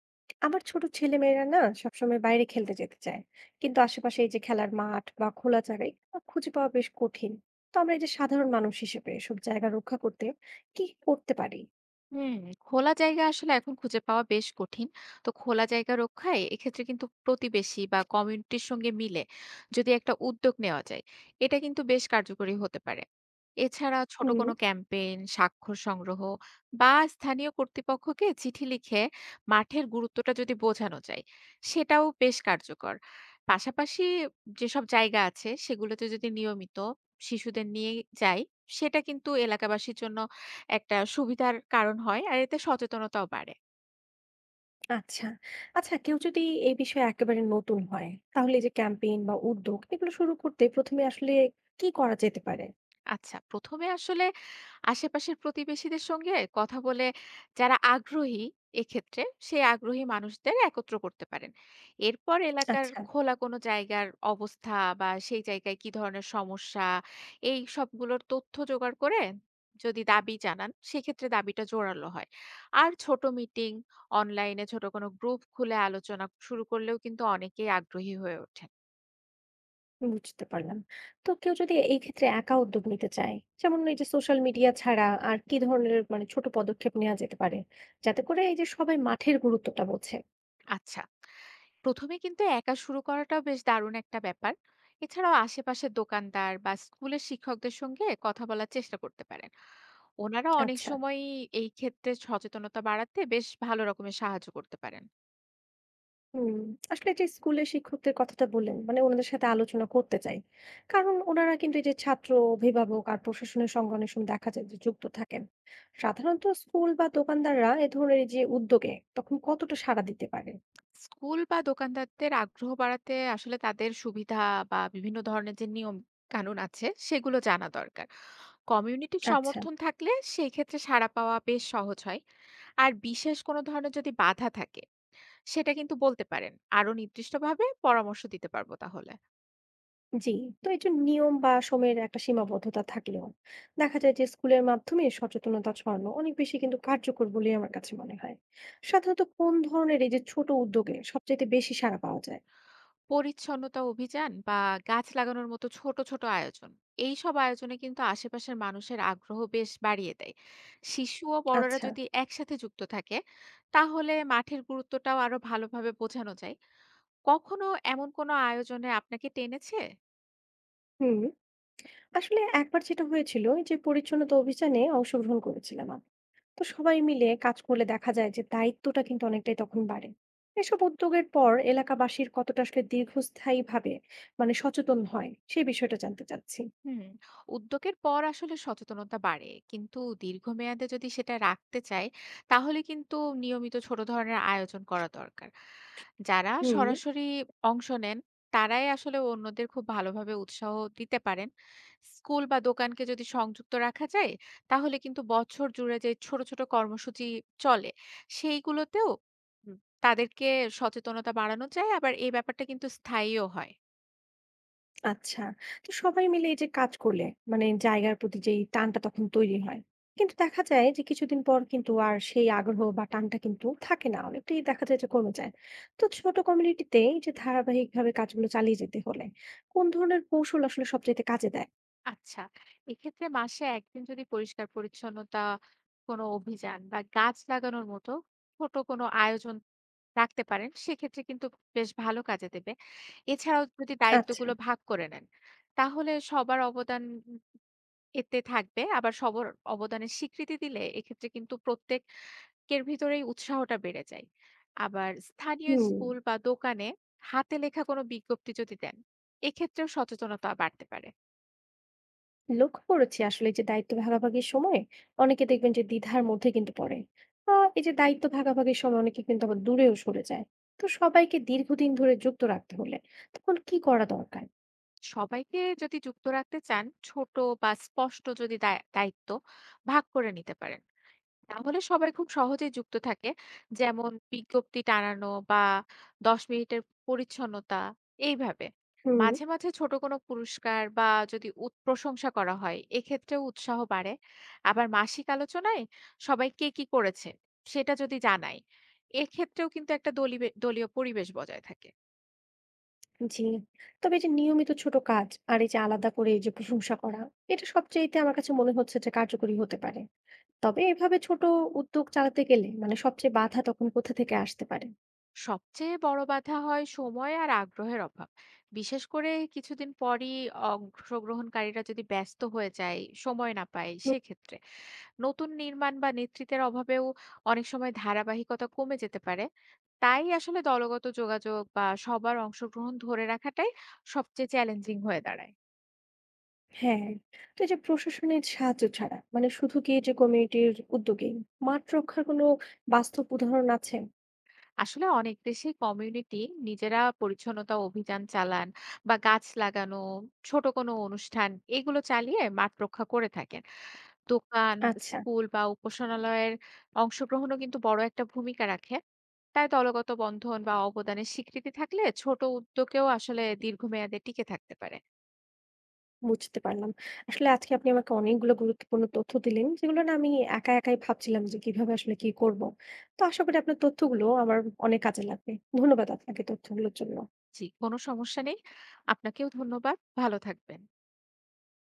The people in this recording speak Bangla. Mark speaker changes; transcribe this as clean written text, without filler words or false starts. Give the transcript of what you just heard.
Speaker 1: আমার ছোট ছেলেমেয়েরা না সবসময় বাইরে খেলতে যেতে চায়, কিন্তু আশেপাশে এই যে খেলার মাঠ বা খোলা জায়গায় এগুলো খুঁজে পাওয়া বেশ কঠিন। তো আমরা এই যে সাধারণ মানুষ হিসেবে সব জায়গা রক্ষা করতে কি করতে পারি?
Speaker 2: হুম, খোলা জায়গা আসলে এখন খুঁজে পাওয়া বেশ কঠিন। তো খোলা জায়গা রক্ষায় এক্ষেত্রে কিন্তু প্রতিবেশী বা কমিউনিটির সঙ্গে মিলে যদি একটা উদ্যোগ নেওয়া যায়, এটা কিন্তু বেশ কার্যকরী হতে পারে। এছাড়া ছোট
Speaker 1: হুম।
Speaker 2: কোনো ক্যাম্পেইন, স্বাক্ষর সংগ্রহ বা স্থানীয় কর্তৃপক্ষকে চিঠি লিখে মাঠের গুরুত্বটা যদি বোঝানো যায়, সেটাও বেশ কার্যকর। পাশাপাশি যেসব জায়গা আছে সেগুলোতে যদি নিয়মিত শিশুদের নিয়ে যাই, সেটা কিন্তু এলাকাবাসীর জন্য একটা সুবিধার কারণ হয় আর এতে সচেতনতাও বাড়ে।
Speaker 1: আচ্ছা। আচ্ছা, কেউ যদি এই বিষয়ে একেবারে নতুন হয়, তাহলে এই যে ক্যাম্পেইন বা উদ্যোগ এগুলো শুরু করতে প্রথমে আসলে কি করা যেতে পারে?
Speaker 2: আচ্ছা, ১ম এ আসলে আশেপাশের প্রতিবেশীদের সঙ্গে কথা বলে যারা আগ্রহী এক্ষেত্রে, সেই আগ্রহী মানুষদের একত্র করতে পারেন। এরপর এলাকার
Speaker 1: আচ্ছা।
Speaker 2: খোলা কোনো জায়গার অবস্থা বা সেই জায়গায় কি ধরনের সমস্যা, এই সবগুলোর তথ্য জোগাড় করে যদি দাবি জানান, সেক্ষেত্রে দাবিটা জোরালো হয়। আর ছোট মিটিং, অনলাইনে ছোট কোনো গ্রুপ খুলে আলোচনা শুরু করলেও কিন্তু অনেকেই আগ্রহী হয়ে ওঠেন।
Speaker 1: বুঝতে পারলাম। তো কেউ যদি এই ক্ষেত্রে একা উদ্যোগ নিতে চায়, যেমন এই যে সোশ্যাল মিডিয়া ছাড়া আর কি ধরনের মানে ছোট পদক্ষেপ নেওয়া যেতে পারে? যাতে করে এই যে সবাই মাঠের গুরুত্বটা বোঝে।
Speaker 2: আচ্ছা। প্রথমে কিন্তু একা শুরু করাটা বেশ দারুণ একটা ব্যাপার। এছাড়াও আশেপাশের দোকানদার বা স্কুলের শিক্ষকদের সঙ্গে কথা বলার চেষ্টা করতে পারেন। ওনারা অনেক
Speaker 1: আচ্ছা।
Speaker 2: সময় এই ক্ষেত্রে সচেতনতা বাড়াতে বেশ ভালো রকমের সাহায্য করতে পারেন।
Speaker 1: হুম, আসলে যে স্কুলের শিক্ষকদের কথাটা বললেন, মানে ওনাদের সাথে আলোচনা করতে চাই। কারণ ওনারা কিন্তু এই যে ছাত্র, অভিভাবক আর প্রশাসনের সঙ্গে অনেক সময় দেখা যায় যে যুক্ত থাকেন। সাধারণত স্কুল বা দোকানদাররা এ ধরনের যে উদ্যোগে তখন কতটা সাড়া দিতে পারে?
Speaker 2: স্কুল বা দোকানদারদের আগ্রহ বাড়াতে আসলে তাদের সুবিধা বা বিভিন্ন ধরনের যে নিয়ম কানুন আছে সেগুলো জানা দরকার। কমিউনিটির
Speaker 1: আচ্ছা।
Speaker 2: সমর্থন থাকলে সেই ক্ষেত্রে সাড়া পাওয়া বেশ সহজ হয়। আর বিশেষ কোনো ধরনের যদি বাধা থাকে সেটা কিন্তু বলতে পারেন। আরো নির্দিষ্টভাবে পরামর্শ দিতে পারবো তাহলে।
Speaker 1: জি। তো এই যে নিয়ম বা সময়ের একটা সীমাবদ্ধতা থাকলেও দেখা যায় যে স্কুলের মাধ্যমে সচেতনতা ছড়ানো অনেক বেশি কিন্তু কার্যকর বলে আমার কাছে মনে হয়। সাধারণত কোন ধরনের এই যে ছোট উদ্যোগে সবচেয়ে বেশি সাড়া পাওয়া যায়?
Speaker 2: পরিচ্ছন্নতা অভিযান বা গাছ লাগানোর মতো ছোট, ছোট আয়োজন। এইসব আয়োজনে কিন্তু আশেপাশের মানুষের আগ্রহ বেশ বাড়িয়ে দেয়। শিশু ও বড়রা
Speaker 1: আচ্ছা।
Speaker 2: যদি একসাথে যুক্ত থাকে, তাহলে মাঠের গুরুত্বটাও আরো ভালোভাবে বোঝানো যায়। কখনো এমন কোনো আয়োজনে আপনাকে টেনেছে?
Speaker 1: হুম, আসলে একবার যেটা হয়েছিল এই যে পরিচ্ছন্নতা অভিযানে অংশগ্রহণ করেছিলাম আমি। তো সবাই মিলে কাজ করলে দেখা যায় যে দায়িত্বটা কিন্তু অনেকটাই তখন বাড়ে। এসব উদ্যোগের পর এলাকাবাসীর কতটা আসলে দীর্ঘস্থায়ী ভাবে মানে সচেতন হয় সেই বিষয়টা জানতে চাচ্ছি।
Speaker 2: হুম। উদ্যোগের পর আসলে সচেতনতা বাড়ে কিন্তু দীর্ঘমেয়াদে যদি সেটা রাখতে চায় তাহলে কিন্তু নিয়মিত ছোট ধরনের আয়োজন করা দরকার। যারা
Speaker 1: হুম।
Speaker 2: সরাসরি অংশ নেন তারাই আসলে অন্যদের খুব ভালোভাবে উৎসাহ দিতে পারেন। স্কুল বা দোকানকে যদি সংযুক্ত রাখা যায় তাহলে কিন্তু বছর জুড়ে যে ছোট ছোট কর্মসূচি চলে সেইগুলোতেও উম, তাদেরকে সচেতনতা বাড়ানো যায় আবার এই ব্যাপারটা কিন্তু স্থায়ীও হয়।
Speaker 1: আচ্ছা। তো সবাই মিলে এই যে কাজ করলে মানে জায়গার প্রতি যেই টানটা তখন তৈরি হয়। কিন্তু দেখা যায় যে কিছুদিন পর কিন্তু আর সেই আগ্রহ বা টানটা কিন্তু থাকে না। অনেকটাই দেখা যায় যে কমে যায়। তো ছোট কমিউনিটিতে এই যে ধারাবাহিকভাবে কাজগুলো চালিয়ে যেতে হলে কোন ধরনের কৌশল আসলে সবচাইতে কাজে দেয়?
Speaker 2: আচ্ছা। এক্ষেত্রে মাসে ১ দিন যদি পরিষ্কার পরিচ্ছন্নতা কোনো অভিযান বা গাছ লাগানোর মতো ছোট কোনো আয়োজন রাখতে পারেন, সেক্ষেত্রে কিন্তু বেশ ভালো কাজে দেবে। এছাড়াও যদি
Speaker 1: আচ্ছা।
Speaker 2: দায়িত্বগুলো ভাগ করে নেন, তাহলে সবার অবদান উম এতে থাকবে। আবার সবার অবদানের স্বীকৃতি দিলে এক্ষেত্রে কিন্তু প্রত্যেকের ভিতরেই উৎসাহটা বেড়ে যায়। আবার স্থানীয়
Speaker 1: হুম।
Speaker 2: স্কুল বা দোকানে হাতে লেখা কোনো বিজ্ঞপ্তি যদি দেন, এক্ষেত্রেও সচেতনতা বাড়তে পারে।
Speaker 1: লক্ষ্য করেছি আসলে যে দায়িত্ব ভাগাভাগির সময় অনেকে দেখবেন যে দ্বিধার মধ্যে কিন্তু পড়ে। এই যে দায়িত্ব ভাগাভাগির সময় অনেকে কিন্তু আবার দূরেও সরে যায়। তো সবাইকে দীর্ঘদিন ধরে যুক্ত রাখতে হলে তখন কি করা দরকার?
Speaker 2: সবাইকে যদি যুক্ত রাখতে চান ছোট বা স্পষ্ট যদি দায়িত্ব ভাগ করে নিতে পারেন তাহলে সবাই খুব সহজেই যুক্ত থাকে। যেমন বিজ্ঞপ্তি টানানো বা ১০ মিনিটের পরিচ্ছন্নতা এইভাবে
Speaker 1: হুম।
Speaker 2: মাঝে মাঝে ছোট কোনো পুরস্কার বা যদি প্রশংসা করা হয় এক্ষেত্রেও উৎসাহ বাড়ে। আবার মাসিক আলোচনায় সবাই কে কি করেছে সেটা যদি জানায় এক্ষেত্রেও কিন্তু একটা দলীয় দলীয় পরিবেশ বজায় থাকে।
Speaker 1: জি। তবে এই যে নিয়মিত ছোট কাজ আর এই যে আলাদা করে এই যে প্রশংসা করা, এটা সবচেয়েতে আমার কাছে মনে হচ্ছে যে কার্যকরী হতে পারে। তবে এভাবে ছোট উদ্যোগ চালাতে গেলে মানে সবচেয়ে বাধা তখন কোথা থেকে আসতে পারে?
Speaker 2: সবচেয়ে বড় বাধা হয় সময় আর আগ্রহের অভাব। বিশেষ করে কিছুদিন পরই অংশগ্রহণকারীরা যদি ব্যস্ত হয়ে যায়, সময় না পায়, সেক্ষেত্রে নতুন নির্মাণ বা নেতৃত্বের অভাবেও অনেক সময় ধারাবাহিকতা কমে যেতে পারে। তাই আসলে দলগত যোগাযোগ বা সবার অংশগ্রহণ ধরে রাখাটাই সবচেয়ে চ্যালেঞ্জিং হয়ে দাঁড়ায়।
Speaker 1: হ্যাঁ, তো এই যে প্রশাসনের সাহায্য ছাড়া মানে শুধু কি এই যে কমিউনিটির উদ্যোগে মাঠ রক্ষার কোনো বাস্তব উদাহরণ আছে?
Speaker 2: আসলে অনেক দেশেই কমিউনিটি নিজেরা পরিচ্ছন্নতা অভিযান চালান বা গাছ লাগানো, ছোট কোনো অনুষ্ঠান এগুলো চালিয়ে মাঠ রক্ষা করে থাকেন। দোকান,
Speaker 1: আচ্ছা,
Speaker 2: স্কুল বা উপাসনালয়ের অংশগ্রহণও কিন্তু বড় একটা ভূমিকা রাখে। তাই দলগত বন্ধন বা অবদানের স্বীকৃতি থাকলে ছোট উদ্যোগেও আসলে দীর্ঘমেয়াদে টিকে থাকতে পারে।
Speaker 1: বুঝতে পারলাম। আসলে আজকে আপনি আমাকে অনেকগুলো গুরুত্বপূর্ণ তথ্য দিলেন, যেগুলো না আমি একা একাই ভাবছিলাম যে কিভাবে আসলে কি করব। তো আশা করি আপনার তথ্যগুলো আমার অনেক কাজে লাগবে। ধন্যবাদ আপনাকে তথ্যগুলোর জন্য।
Speaker 2: জি, কোনো সমস্যা নেই। আপনাকেও ধন্যবাদ। ভালো থাকবেন।